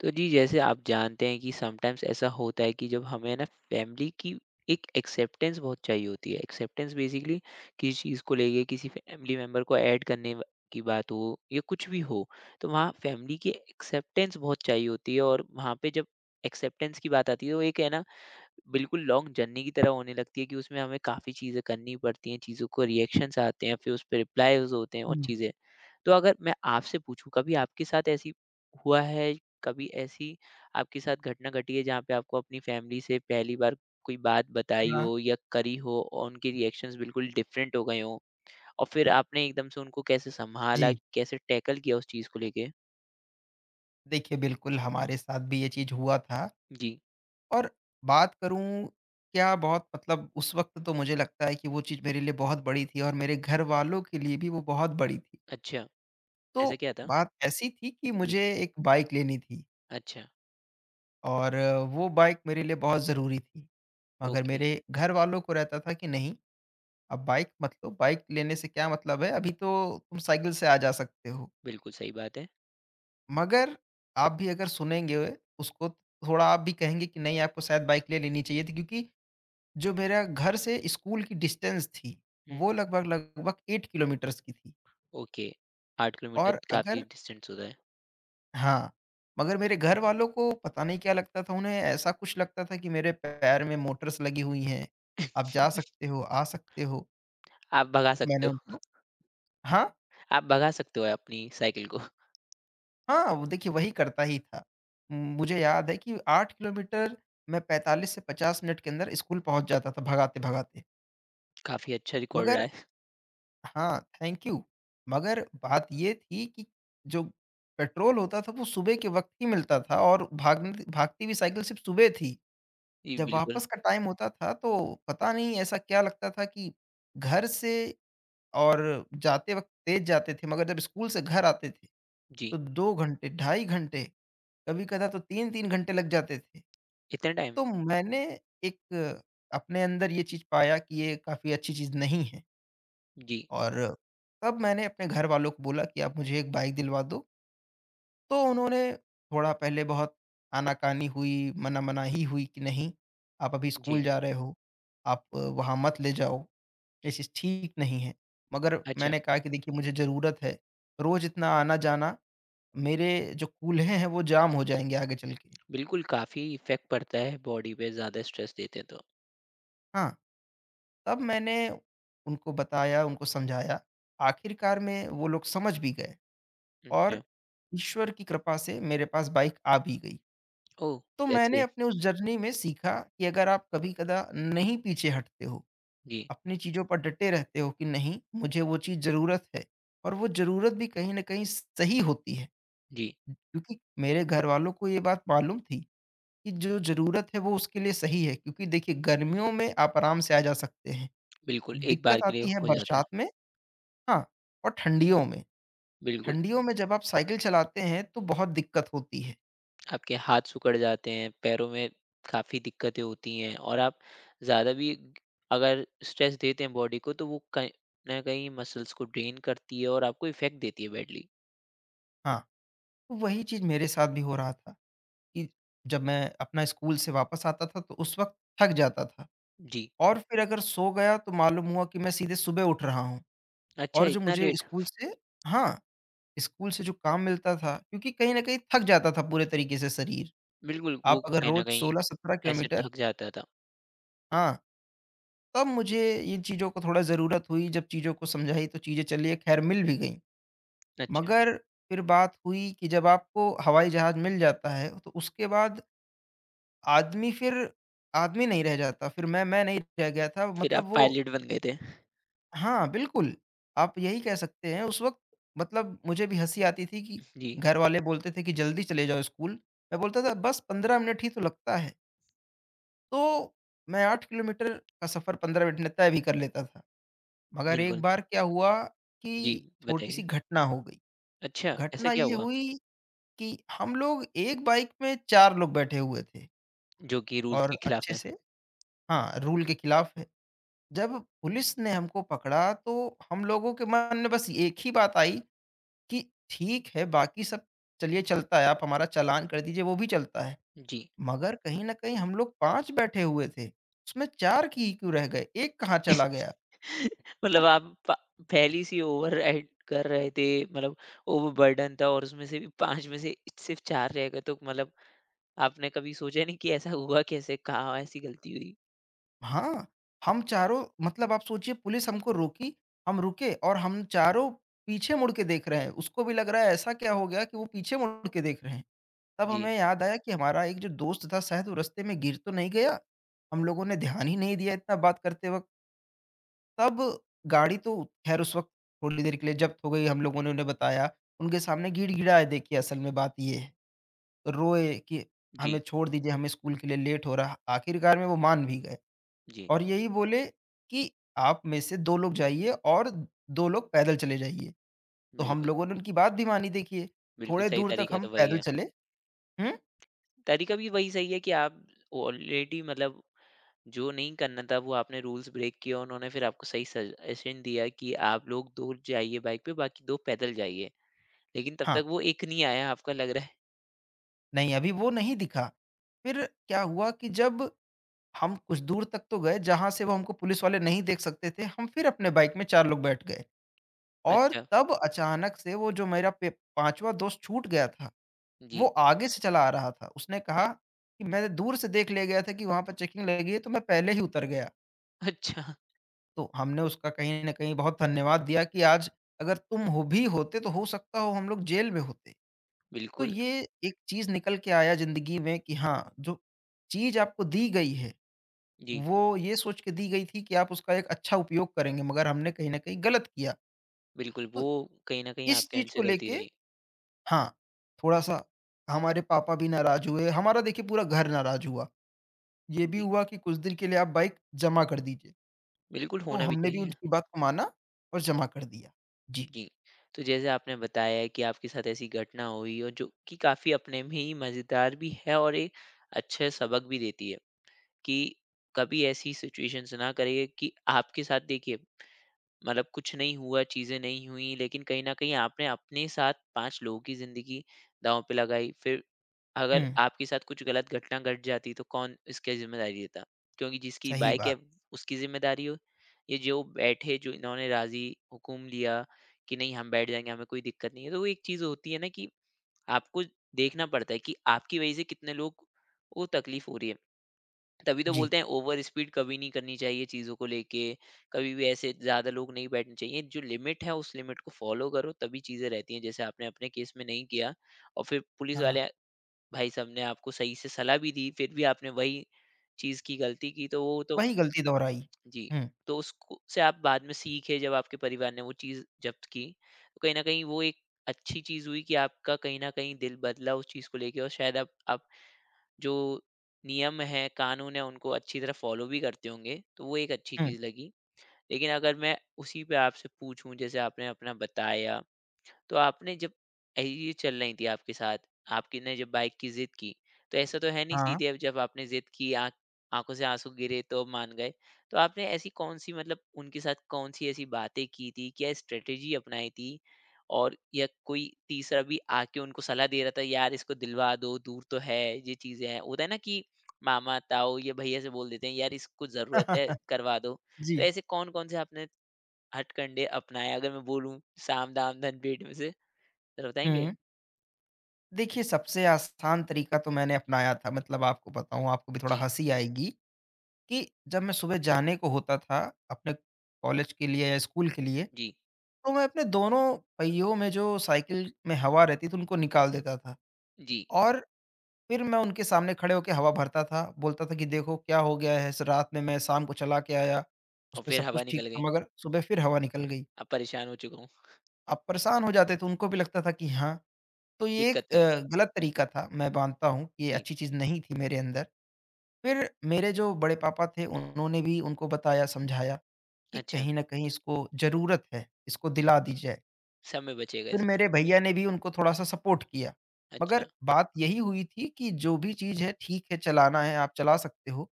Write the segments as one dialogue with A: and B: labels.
A: तो जी जैसे आप जानते हैं कि समटाइम्स ऐसा होता है कि जब हमें ना फैमिली की एक एक्सेप्टेंस बहुत चाहिए होती है। एक्सेप्टेंस बेसिकली किसी चीज़ को लेके किसी फैमिली मेम्बर को ऐड करने की बात हो या कुछ भी हो तो वहाँ फैमिली की एक्सेप्टेंस बहुत चाहिए होती है। और वहाँ पे जब एक्सेप्टेंस की बात आती है तो एक है ना, बिल्कुल लॉन्ग जर्नी की तरह होने लगती है कि उसमें हमें काफ़ी चीज़ें करनी पड़ती हैं, चीज़ों को रिएक्शंस आते हैं, फिर उस पे रिप्लाईज़ होते हैं और
B: हुँ।
A: चीज़ें। तो अगर मैं आपसे पूछूँ कभी आपके साथ ऐसी हुआ है, कभी ऐसी आपके साथ घटना घटी है जहाँ पे आपको अपनी फैमिली से पहली बार कोई बात बताई
B: हाँ।
A: हो या करी हो और उनके रिएक्शंस बिल्कुल डिफरेंट हो गए हों? और फिर आपने एकदम से उनको कैसे सँभाला,
B: जी।
A: कैसे टैकल किया उस चीज़ को लेके?
B: देखिए, बिल्कुल हमारे साथ भी ये चीज़ हुआ था।
A: जी,
B: और बात करूँ क्या, बहुत मतलब उस वक़्त तो मुझे लगता है कि वो चीज़ मेरे लिए बहुत बड़ी थी और मेरे घरवालों के लिए भी वो बहुत बड़ी थी।
A: अच्छा,
B: तो
A: ऐसा क्या था?
B: बात ऐसी थी कि
A: जी,
B: मुझे एक बाइक लेनी थी
A: अच्छा,
B: और वो बाइक मेरे लिए बहुत ज़रूरी थी। मगर
A: ओके,
B: मेरे घरवालों को रहता था कि नहीं, अब बाइक मत लो, बाइक लेने से क्या मतलब है, अभी तो तुम साइकिल से आ जा सकते हो।
A: बिल्कुल सही बात है।
B: मगर आप भी अगर सुनेंगे उसको, थोड़ा आप भी कहेंगे कि नहीं, आपको शायद बाइक ले लेनी चाहिए थी, क्योंकि जो मेरा घर से स्कूल की डिस्टेंस थी
A: हुँ।
B: वो लगभग लगभग 8 किलोमीटर्स की थी।
A: ओके, 8 किलोमीटर
B: और
A: काफ़ी
B: अगर
A: डिस्टेंस होता है।
B: हाँ। मगर मेरे घर वालों को पता नहीं क्या लगता था, उन्हें ऐसा कुछ लगता था कि मेरे पैर में मोटर्स लगी हुई हैं, आप जा सकते हो, आ सकते हो।
A: आप भगा सकते
B: मैंने
A: हो
B: उनको हाँ?
A: आप भगा सकते हो अपनी साइकिल को।
B: हाँ, वो देखिए वही करता ही था। मुझे याद है कि 8 किलोमीटर मैं 45 से 50 मिनट के अंदर स्कूल पहुँच जाता था भगाते-भगाते।
A: काफ़ी अच्छा रिकॉर्ड रहा
B: मगर
A: है।
B: हाँ, थैंक यू। मगर बात ये थी कि जो पेट्रोल होता था वो सुबह के वक़्त ही मिलता था, और भागने भागती हुई साइकिल सिर्फ़ सुबह थी।
A: जी,
B: जब
A: बिल्कुल।
B: वापस का टाइम होता था तो पता नहीं ऐसा क्या लगता था कि घर से, और जाते वक़्त तेज़ जाते थे मगर जब स्कूल से घर आते थे,
A: जी,
B: तो 2 घंटे, 2.5 घंटे, कभी-कदा तो 3-3 घंटे लग जाते थे।
A: इतना टाइम?
B: तो मैंने एक अपने अंदर ये चीज़ पाया कि ये काफ़ी अच्छी चीज़ नहीं है,
A: जी,
B: और तब मैंने अपने घरवालों को बोला कि आप मुझे एक बाइक दिलवा दो। तो उन्होंने थोड़ा पहले बहुत आनाकानी हुई, मना-मनाही हुई कि नहीं, आप अभी
A: जी।
B: स्कूल जा रहे हो, आप वहाँ मत ले जाओ। ये चीज़ ठीक नहीं है। मगर
A: अच्छा,
B: मैंने कहा कि देखिए मुझे ज़रूरत है, रोज़ इतना आना-जाना, मेरे जो कूल्हे हैं वो जाम हो जाएँगे आगे चल के।
A: बिल्कुल काफ़ी इफ़ेक्ट पड़ता है बॉडी पे, ज़्यादा स्ट्रेस देते हैं तो।
B: हाँ, तब मैंने उनको बताया, उनको समझाया, आखिरकार में वो लोग समझ भी गए,
A: अच्छा,
B: और ईश्वर की कृपा से मेरे पास बाइक आ भी गई।
A: ओह!
B: तो
A: दैट्स
B: मैंने
A: ग्रेट।
B: अपने उस जर्नी में सीखा कि अगर आप कभी-कदा नहीं पीछे हटते हो,
A: जी,
B: अपनी चीज़ों पर डटे रहते हो कि नहीं, मुझे वो चीज़ ज़रूरत है, और वो ज़रूरत भी कहीं न कहीं सही होती है।
A: जी,
B: क्योंकि मेरे घर वालों को ये बात मालूम थी कि जो ज़रूरत है वो उसके लिए सही है, क्योंकि देखिए गर्मियों में आप आराम से आ जा सकते हैं।
A: बिल्कुल, एक बार
B: दिक्कत
A: के लिए
B: आती है
A: हो जाता
B: बरसात
A: है।
B: में, हाँ, और ठंडियों में।
A: बिल्कुल।
B: ठंडियों में जब आप साइकिल चलाते हैं तो बहुत दिक्कत होती है।
A: आपके हाथ सिकुड़ जाते हैं, पैरों में काफ़ी दिक्कतें होती हैं और आप ज़्यादा भी अगर स्ट्रेस देते हैं बॉडी को तो वो कहीं न कहीं मसल्स को ड्रेन करती है और आपको इफ़ेक्ट देती है बैडली।
B: हाँ, तो वही चीज़ मेरे साथ भी हो रहा था कि जब मैं अपना स्कूल से वापस आता था तो उस वक़्त थक जाता था,
A: जी,
B: और फिर अगर सो गया तो मालूम हुआ कि मैं सीधे सुबह उठ रहा हूँ।
A: अच्छा
B: और जो
A: इतना
B: मुझे
A: लेट?
B: स्कूल से हाँ। स्कूल से जो काम मिलता था, क्योंकि कहीं न कहीं थक जाता था पूरे तरीके से शरीर।
A: बिल्कुल, वो
B: आप अगर
A: कहीं न
B: रोज़
A: कहीं
B: 16-17
A: ऐसे
B: किलोमीटर।
A: थक जाता था।
B: हाँ, तब मुझे इन चीज़ों को थोड़ा ज़रूरत हुई, जब चीज़ों को समझाई तो चीज़ें चलिए ख़ैर मिल भी गईं।
A: अच्छा,
B: मगर फिर बात हुई कि जब आपको हवाई जहाज़ मिल जाता है, तो उसके बाद आदमी फिर आदमी नहीं रह जाता, फिर मैं नहीं रह गया था
A: फिर आप
B: मतलब वो।
A: पायलट बन गए थे।
B: हाँ, बिल्कुल, आप यही कह सकते हैं उस वक़्त। मतलब मुझे भी हँसी आती थी कि
A: जी,
B: घरवाले बोलते थे कि जल्दी चले जाओ स्कूल, मैं बोलता था बस 15 मिनट ही तो लगता है, तो मैं 8 किलोमीटर का सफ़र 15 मिनट में तय भी कर लेता था। मगर एक
A: बिल्कुल।
B: बार क्या हुआ
A: जी,
B: कि
A: बताइए।
B: थोड़ी-सी घटना हो गई,
A: अच्छा, ऐसा
B: घटना
A: क्या
B: ये
A: हुआ?
B: हुई कि हम लोग एक बाइक में 4 लोग बैठे हुए थे
A: जो कि रूल्स के
B: और
A: खिलाफ
B: अच्छे
A: है?
B: से। हाँ, रूल के खिलाफ है। जब पुलिस ने हमको पकड़ा तो हम लोगों के मन में बस एक ही बात आई कि ठीक है, बाकी सब चलिए चलता है, आप हमारा चालान कर दीजिए, वो भी चलता है।
A: जी।
B: मगर कहीं न कहीं हम लोग 5 बैठे हुए थे, उसमें 4 की क्यों रह गए? 1 कहाँ चला गया?
A: मतलब
B: तो
A: आप प पहली सी ओवरराइड कर रहे थे, मतलब ओवरबर्डन था और उसमें से भी 5 में से सिर्फ़ 4 रह गए तो मतलब आपने कभी सोचा नहीं कि ऐसा हुआ कैसे? कहाँ ऐसी गलती हुई?
B: हाँ, हम चारों, मतलब आप सोचिए, पुलिस हमको रोकी, हम रुके और हम चारों पीछे मुड़ के देख रहे हैं। उसको भी लग रहा है ऐसा क्या हो गया कि वो पीछे मुड़ के देख रहे हैं। तब
A: जी,
B: हमें याद आया कि हमारा एक जो दोस्त था शायद वो रास्ते में गिर तो नहीं गया? हम लोगों ने ध्यान ही नहीं दिया इतना बात करते वक़्त। तब गाड़ी तो ख़ैर उस वक़्त थोड़ी देर के लिए ज़ब्त हो गई, हम लोगों ने उन्हें बताया। उनके सामने गिड़गिड़ाए, देखिए असल में बात ये है। तो रोए कि हमें
A: जी,
B: छोड़ दीजिए, हमें स्कूल के लिए लेट हो रहा। आखिरकार में वो मान भी गए,
A: जी।
B: और यही बोले कि आप में से 2 लोग जाइए और 2 लोग पैदल चले जाइए। तो हम
A: बिल्कुल,
B: लोगों ने उनकी बात भी मानी, देखिए।
A: बिल्कुल
B: थोड़े
A: सही
B: दूर तक
A: तरीका
B: हम
A: तो वही
B: पैदल
A: है।
B: चले। हुँ,
A: तरीका भी वही सही है कि आप ऑलरेडी, मतलब जो नहीं करना था वो आपने रूल्स ब्रेक किया, उन्होंने फिर आपको सही सजेशन दिया कि आप लोग 2 जाइए बाइक पे, बाकी 2 पैदल जाइए। लेकिन तब
B: हाँ,
A: तक वो 1 नहीं आया आपका लग रहा है।
B: नहीं अभी वो नहीं दिखा। फिर क्या हुआ कि जब हम कुछ दूर तक तो गए जहाँ से वो हमको पुलिस वाले नहीं देख सकते थे। हम फिर अपने बाइक में 4 लोग बैठ गए, और
A: अच्छा,
B: तब अचानक से वो जो मेरा पे 5वाँ दोस्त छूट गया था,
A: जी।
B: वो आगे से चला आ रहा था। उसने कहा कि मैं दूर से देख ले गया था कि वहाँ पर चेकिंग लगी है, तो मैं पहले ही उतर गया।
A: अच्छा।
B: तो हमने उसका कहीं न कहीं बहुत धन्यवाद दिया कि आज अगर तुम हो भी होते तो हो सकता हो हम लोग जेल में होते। तो
A: बिल्कुल,
B: ये एक चीज़ निकल के आया ज़िंदगी में कि हाँ, जो चीज़ आपको दी गई है
A: जी,
B: वो ये सोच के दी गई थी कि आप उसका एक अच्छा उपयोग करेंगे, मगर हमने कहीं न कहीं गलत किया।
A: बिल्कुल, वो
B: तो
A: कहीं न कहीं
B: इस
A: आपके एंड
B: चीज़
A: से
B: को
A: गलती
B: लेके,
A: रही।
B: हाँ, थोड़ा-सा हमारे पापा भी नाराज़ हुए, हमारा देखिए पूरा घर नाराज़ हुआ। ये भी
A: जी,
B: हुआ कि कुछ दिन के लिए आप बाइक जमा कर दीजिए,
A: बिल्कुल
B: तो
A: होना भी
B: हमने भी
A: चाहिए।
B: उनकी बात को माना और जमा कर दिया। जी।
A: जी, तो जैसे आपने बताया है कि आपके साथ ऐसी घटना हुई और जो कि काफ़ी अपने में ही मज़ेदार भी है और एक अच्छे सबक भी देती है कि कभी ऐसी सिचुएशंस ना करिए कि आपके साथ देखिए, मतलब कुछ नहीं हुआ, चीज़ें नहीं हुई, लेकिन कहीं न कहीं आपने अपने साथ 5 लोगों की ज़िंदगी दाँव पे लगाई। फिर
B: हुँ,
A: अगर आपके साथ कुछ गलत घटना घट जाती तो कौन इसकी ज़िम्मेदारी लेता? क्योंकि जिसकी
B: सही
A: बाइक है
B: बात।
A: उसकी ज़िम्मेदारी हो, ये जो बैठे जो इन्होंने राज़ी हुकुम लिया कि नहीं हम बैठ जाएँगे, हमें कोई दिक्कत नहीं है। तो वो एक चीज़ होती है ना कि आपको देखना पड़ता है कि आपकी वजह से कितने लोग को तकलीफ़ हो रही है। तभी तो
B: जी।
A: बोलते हैं ओवर स्पीड कभी नहीं करनी चाहिए चीज़ों को लेके, कभी भी ऐसे ज़्यादा लोग नहीं बैठने चाहिए। जो लिमिट है उस लिमिट को फ़ॉलो करो तभी चीज़ें रहती हैं। जैसे आपने अपने केस में नहीं किया और फिर पुलिस
B: हाँ,
A: वाले भाई साहब ने आपको सही से सलाह भी दी, फिर भी आपने वही चीज़ की गलती की, तो वो तो
B: वही गलती दोहराई।
A: जी,
B: हुँ,
A: तो उसको से आप बाद में सीखे जब आपके परिवार ने वो चीज़ जब्त की, तो कहीं न कहीं वो एक अच्छी चीज़ हुई कि आपका कहीं न कहीं दिल बदला उस चीज़ को लेके और शायद अब आप जो नियम हैं, कानून हैं, उनको अच्छी तरह फ़ॉलो भी करते होंगे, तो वो एक अच्छी
B: हुँ,
A: चीज़ लगी। लेकिन अगर मैं उसी पे आपसे पूछूँ, जैसे आपने अपना बताया, तो आपने जब ऐ ये चल रही थी आपके साथ, आपकी ने जब बाइक की ज़िद की, तो ऐसा तो है नहीं
B: हाँ।
A: सीधे अब जब आपने ज़िद की आँखों से आँसू गिरे तो मान गए। तो आपने ऐसी कौन-सी, मतलब उनके साथ कौन-सी ऐसी बातें की थी? क्या स्ट्रैटेजी अपनाई थी? और या कोई तीसरा भी आके उनको सलाह दे रहा था यार इसको दिलवा दो, दूर तो है, ये चीज़ें हैं। होता है ना कि मामा, ताऊ या भैया से बोल देते हैं यार इसको ज़रूरत है, करवा दो।
B: जी,
A: तो ऐसे कौन-कौन से आपने हथकंडे अपनाए अगर मैं बोलूँ, साम दाम दंड भेंट में से? ज़रा बताएँगे?
B: हुँ। देखिए सबसे आसान तरीका तो मैंने अपनाया था, मतलब आपको बताऊँ, आपको भी थोड़ा
A: जी,
B: हँसी आएगी। कि जब मैं सुबह जाने को होता था अपने कॉलेज के लिए या स्कूल के लिए,
A: जी,
B: तो मैं अपने दोनों पहियों में, जो साइकिल में हवा रहती थी, उनको निकाल देता था।
A: जी।
B: और फिर मैं उनके सामने खड़े होके हवा भरता था, बोलता था कि देखो क्या हो गया है, स रात में मैं शाम को चला के आया,
A: और
B: उसमें
A: फिर
B: सब
A: हवा
B: कुछ ठीक
A: निकल गई।
B: था मगर सुबह फिर हवा निकल गई।
A: अब परेशान हो चुका हूँ,
B: आप परेशान हो जाते थे, उनको भी लगता था कि हाँ। तो ये एक
A: दिक्कत है।
B: गलत तरीका था, मैं मानता हूँ, कि ये
A: जी,
B: अच्छी चीज़ नहीं थी मेरे अंदर। फिर मेरे जो बड़े पापा थे उन्होंने भी उनको बताया, समझाया कि
A: अच्छा,
B: कहीं न कहीं इसको ज़रूरत है, इसको दिला दी जाए।
A: समय बचेगा
B: फिर
A: इसका।
B: मेरे भैया ने भी उनको थोड़ा-सा सपोर्ट किया।
A: अच्छा,
B: मगर बात यही हुई थी कि जो भी चीज़ है ठीक है, चलाना है आप चला सकते हो,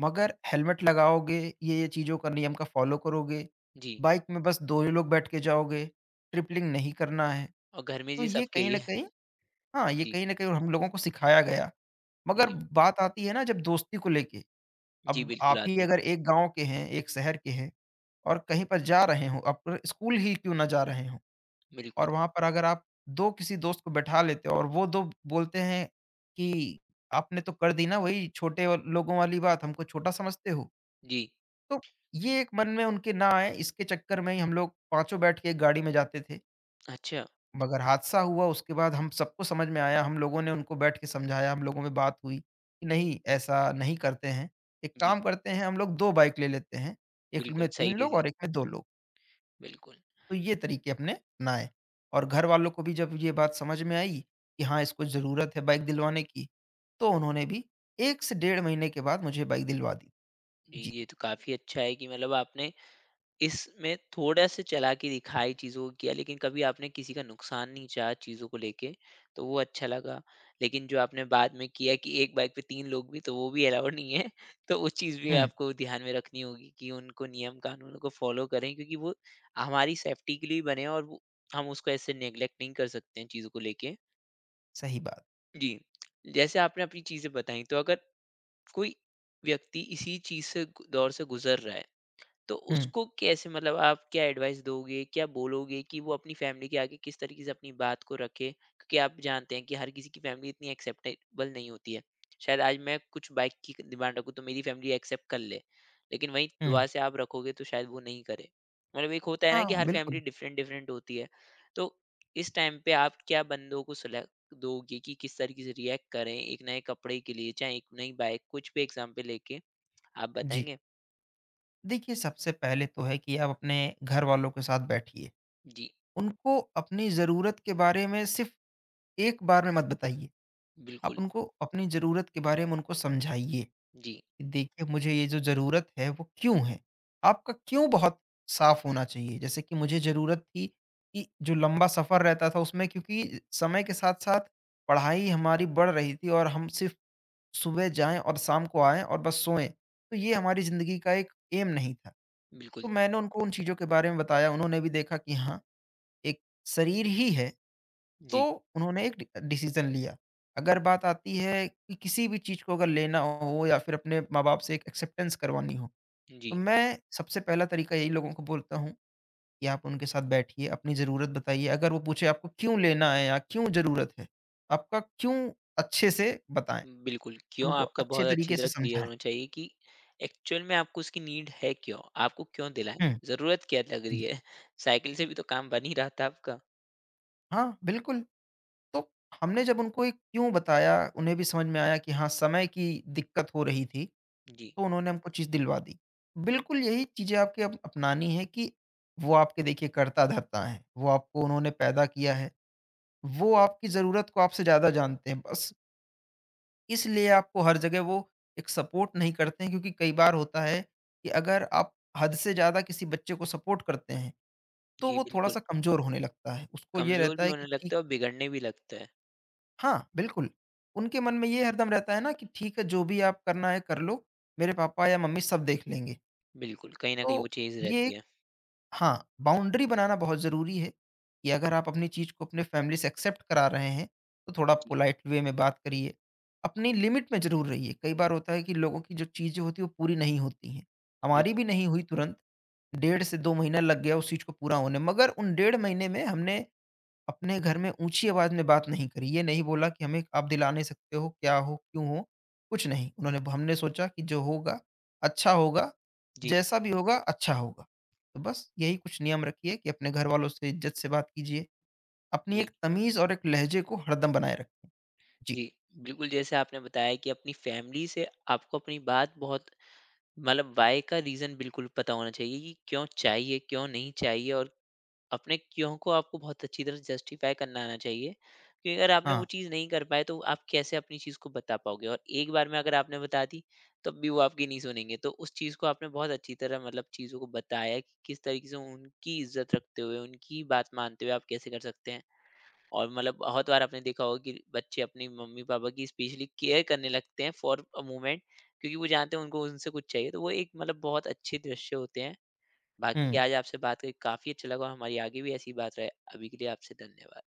B: मगर हेलमेट लगाओगे, ये-ये चीज़ों का नियम का फ़ॉलो करोगे,
A: जी,
B: बाइक में बस 2 ही लोग बैठ के जाओगे, ट्रिपलिंग नहीं करना है।
A: और घर में
B: तो
A: जी
B: ये
A: सबके
B: कहीं
A: ये
B: न कहीं। हाँ, ये
A: जी,
B: कहीं न कहीं हम लोगों को सिखाया गया। मगर
A: जी,
B: बात आती है ना जब दोस्ती को लेके,
A: जी,
B: अब
A: बिल्कुल
B: आप ही
A: आते हैं।
B: अगर एक गाँव के हैं, एक शहर के हैं और कहीं पर जा रहे हो, आप स्कूल ही क्यों ना जा रहे हो,
A: बिल्कुल,
B: और वहाँ पर अगर आप 2 किसी दोस्त को बैठा लेते हो और वो 2 बोलते हैं कि आपने तो कर दी ना वही छोटे व लोगों वाली बात, हमको छोटा समझते हो।
A: जी,
B: तो ये एक मन में उनके ना आए, इसके चक्कर में ही हम लोग पाँचों बैठ के एक गाड़ी में जाते थे।
A: अच्छा।
B: मगर हादसा हुआ, उसके बाद हम सबको समझ में आया, हम लोगों ने उनको बैठ के समझाया, हम लोगों में बात हुई कि नहीं, ऐसा नहीं करते हैं। एक
A: जी,
B: काम करते हैं, हम लोग 2 बाइक ले लेते हैं, एक
A: बिल्कुल
B: में
A: सही
B: 3 लोग और
A: डिसीज़न,
B: एक में 2 लोग।
A: बिल्कुल।
B: तो ये तरीके अपने अपनाए, और घरवालों को भी जब ये बात समझ में आई कि हाँ, इसको ज़रूरत है बाइक दिलवाने की, तो उन्होंने भी 1 से 1.5 महीने के बाद मुझे बाइक दिलवा दी।
A: जी,
B: जी।
A: ये तो काफ़ी अच्छा है कि मतलब आपने इसमें थोड़ा सा चालाकी दिखाई चीज़ों को किया, लेकिन कभी आपने किसी का नुकसान नहीं चाहा चीज़ों को लेके, तो वो अच्छा लगा। लेकिन जो आपने बाद में किया कि एक बाइक पे 3 लोग भी, तो वो भी अलाउड नहीं है। तो वो चीज़ भी
B: हुँ,
A: आपको ध्यान में रखनी होगी कि उनको नियम कानूनों को फ़ॉलो करें, क्योंकि वो हमारी सेफ्टी के लिए ही बने हैं और वो हम उसको ऐसे नेग्लेक्ट नहीं कर सकते हैं चीज़ों को लेके।
B: सही बात।
A: जी, जैसे आपने अपनी चीज़ें बताई, तो अगर कोई व्यक्ति इसी चीज़ से ग दौर से गुज़र रहा है तो
B: हुँ,
A: उसको कैसे, मतलब आप क्या एडवाइस दोगे, क्या बोलोगे कि वो अपनी फैमिली के आगे किस तरीके से अपनी बात को रखे? क्योंकि आप जानते हैं कि हर किसी की फैमिली इतनी एक्सेप्टेबल नहीं होती है। शायद आज मैं कुछ बाइक की डिमांड रखूँ तो मेरी फैमिली एक्सेप्ट कर ले, लेकिन वहीं दुआ
B: हुँ।
A: से आप रखोगे तो शायद वो नहीं करे। मतलब एक होता है ना कि
B: हाँ,
A: हर फैमिली
B: बिल्कुल।
A: डिफरेंट डिफरेंट होती है। तो इस टाइम पे आप क्या बंदों को सलाह दोगे कि किस तरीके से रिएक्ट करें एक नए कपड़े के लिए, चाहे एक नई बाइक, कुछ भी एग्ज़ाम्पल लेके आप
B: जी।
A: बताएँगे?
B: देखिए सबसे पहले तो है कि आप अपने घरवालों के साथ बैठिए।
A: जी,
B: उनको अपनी ज़रूरत के बारे में सिर्फ़ एक बार में मत बताइए। आप
A: बिल्कुल।
B: उनको अपनी ज़रूरत के बारे में उनको समझाइए कि
A: जी।
B: देखिए मुझे ये जो ज़रूरत है वो क्यों है? आपका क्यों बहुत साफ़ होना चाहिए। जैसे कि मुझे ज़रूरत थी कि जो लंबा सफ़र रहता था उसमें, क्योंकि समय के साथ-साथ पढ़ाई हमारी बढ़ रही थी, और हम सिर्फ़ सुबह जाएँ और शाम को आएँ और बस सोएँ, तो ये हमारी ज़िंदगी का एक एम नहीं था। तो
A: बिल्कुल,
B: मैंने उनको उन चीज़ों के बारे में बताया, उन्होंने भी देखा कि हाँ, एक शरीर ही है, तो
A: जी,
B: उन्होंने एक डि डिसीज़न लिया। अगर बात आती है कि किसी भी चीज़ को अगर लेना हो या फिर अपने माँ-बाप से एक एक्सेप्टेंस करवानी हो, तो
A: जी।
B: मैं सबसे पहला तरीका यही लोगों को बोलता हूँ कि आप उनके साथ बैठिए, अपनी ज़रूरत बताइए। अगर वो पूछे आपको क्यों लेना है या क्यों ज़रूरत है? आपका क्यों अच्छे से बताएँ,
A: बिल्कुल, क्यों
B: उनको
A: आपका
B: अच्छे
A: बहुत अच्छी
B: तरीके
A: तरह
B: से
A: क्लियर
B: समझाएँ।
A: होना चाहिए कि एक्चुअल में आपको उसकी नीड है क्यों? आपको क्यों दिलाएँ?
B: हुँ,
A: ज़रूरत क्या लग रही
B: जी।
A: है? साइकिल से भी तो काम बन ही रहा था आपका।
B: हाँ, बिल्कुल। तो हमने जब उनको एक क्यों बताया, उन्हें भी समझ में आया कि हाँ, समय की दिक्कत हो रही थी।
A: जी,
B: तो उन्होंने हमको चीज़ दिलवा दी। बिल्कुल यही चीज़ें आपके अब अपनानी है कि वो आपके देखिए कर्ता-धर्ता हैं, वो आपको उन्होंने पैदा किया है, वो आपकी ज़रूरत को आपसे ज़्यादा जानते हैं। बस इसलिए आपको हर जगह वो एक सपोर्ट नहीं करते हैं, क्योंकि कई बार होता है कि अगर आप हद से ज़्यादा किसी बच्चे को सपोर्ट करते हैं, तो
A: जी
B: वो
A: बिल्कुल।
B: थोड़ा-सा कमज़ोर होने लगता है। उसको ये
A: कमज़ोर
B: रहता
A: भी
B: है कि
A: होने
B: ठीक।
A: लगता है और बिगड़ने भी लगता है।
B: हाँ, बिल्कुल। उनके मन में ये हरदम रहता है ना कि ठीक है जो भी आप करना है कर लो, मेरे पापा या मम्मी सब देख लेंगे।
A: बिल्कुल, कहीं न कहीं वो
B: तो
A: चीज़ रहती
B: ये,
A: है।
B: हाँ, बाउंड्री बनाना बहुत ज़रूरी है, कि अगर आप अपनी चीज़ को अपने फैमिली से एक्सेप्ट करा रहे हैं, तो थोड़ा
A: जी,
B: पोलाइट वे में बात करिए। अपनी लिमिट में ज़रूर रहिए, कई बार होता है कि लोगों की जो चीज़ें होती हैं, वो पूरी नहीं होती हैं। हमारी
A: बिल्कुल।
B: भी नहीं हुई तुरंत, डेढ़ से 2 महीना लग गया उस चीज़ को पूरा होने में, मगर उन 1.5 महीने में हमने अपने घर में ऊँची आवाज़ में बात नहीं करी। ये नहीं बोला कि हमें आप दिला नहीं सकते हो, क्या हो, क्यों हो, कुछ नहीं। उन्होंने हमने सोचा कि जो होगा, अच्छा होगा,
A: जी,
B: जैसा भी होगा अच्छा होगा। तो बस यही कुछ नियम रखिए कि अपने घरवालों से इज़्ज़त से बात कीजिए। अपनी
A: जी,
B: एक तमीज़ और एक लहज़े को हरदम बनाए रखें। जी।
A: जी। बिल्कुल, जैसे आपने बताया कि अपनी फैमिली से आपको अपनी बात बहुत, मतलब व्हाय का रीज़न बिल्कुल पता होना चाहिए कि क्यों चाहिए, क्यों नहीं चाहिए और अपने क्यों को आपको बहुत अच्छी तरह जस्टिफाई करना आना चाहिए कि अगर आपने वो
B: हाँ।
A: चीज़ नहीं कर पाए तो आप कैसे अपनी चीज़ को बता पाओगे और एक बार में अगर आपने बता दी तब भी वो आपकी नहीं सुनेंगे, तो उस चीज़ को आपने बहुत अच्छी तरह, मतलब चीज़ों को बताया कि किस तरीके से उनकी इज्जत रखते हुए उनकी बात मानते हुए आप कैसे कर सकते हैं और मतलब बहुत बार आपने देखा होगा कि बच्चे अपनी मम्मी पापा की स्पेशली केयर करने लगते हैं फॉर अ मोमेंट, क्योंकि वो जानते हैं उनको उनसे कुछ चाहिए, तो वो एक मतलब बहुत अच्छे दृश्य होते हैं। बाकी
B: हुँ।
A: आज आपसे बात करके काफ़ी अच्छा लगा, हमारी आगे भी ऐसी बात रहे। अभी के लिए आपसे धन्यवाद।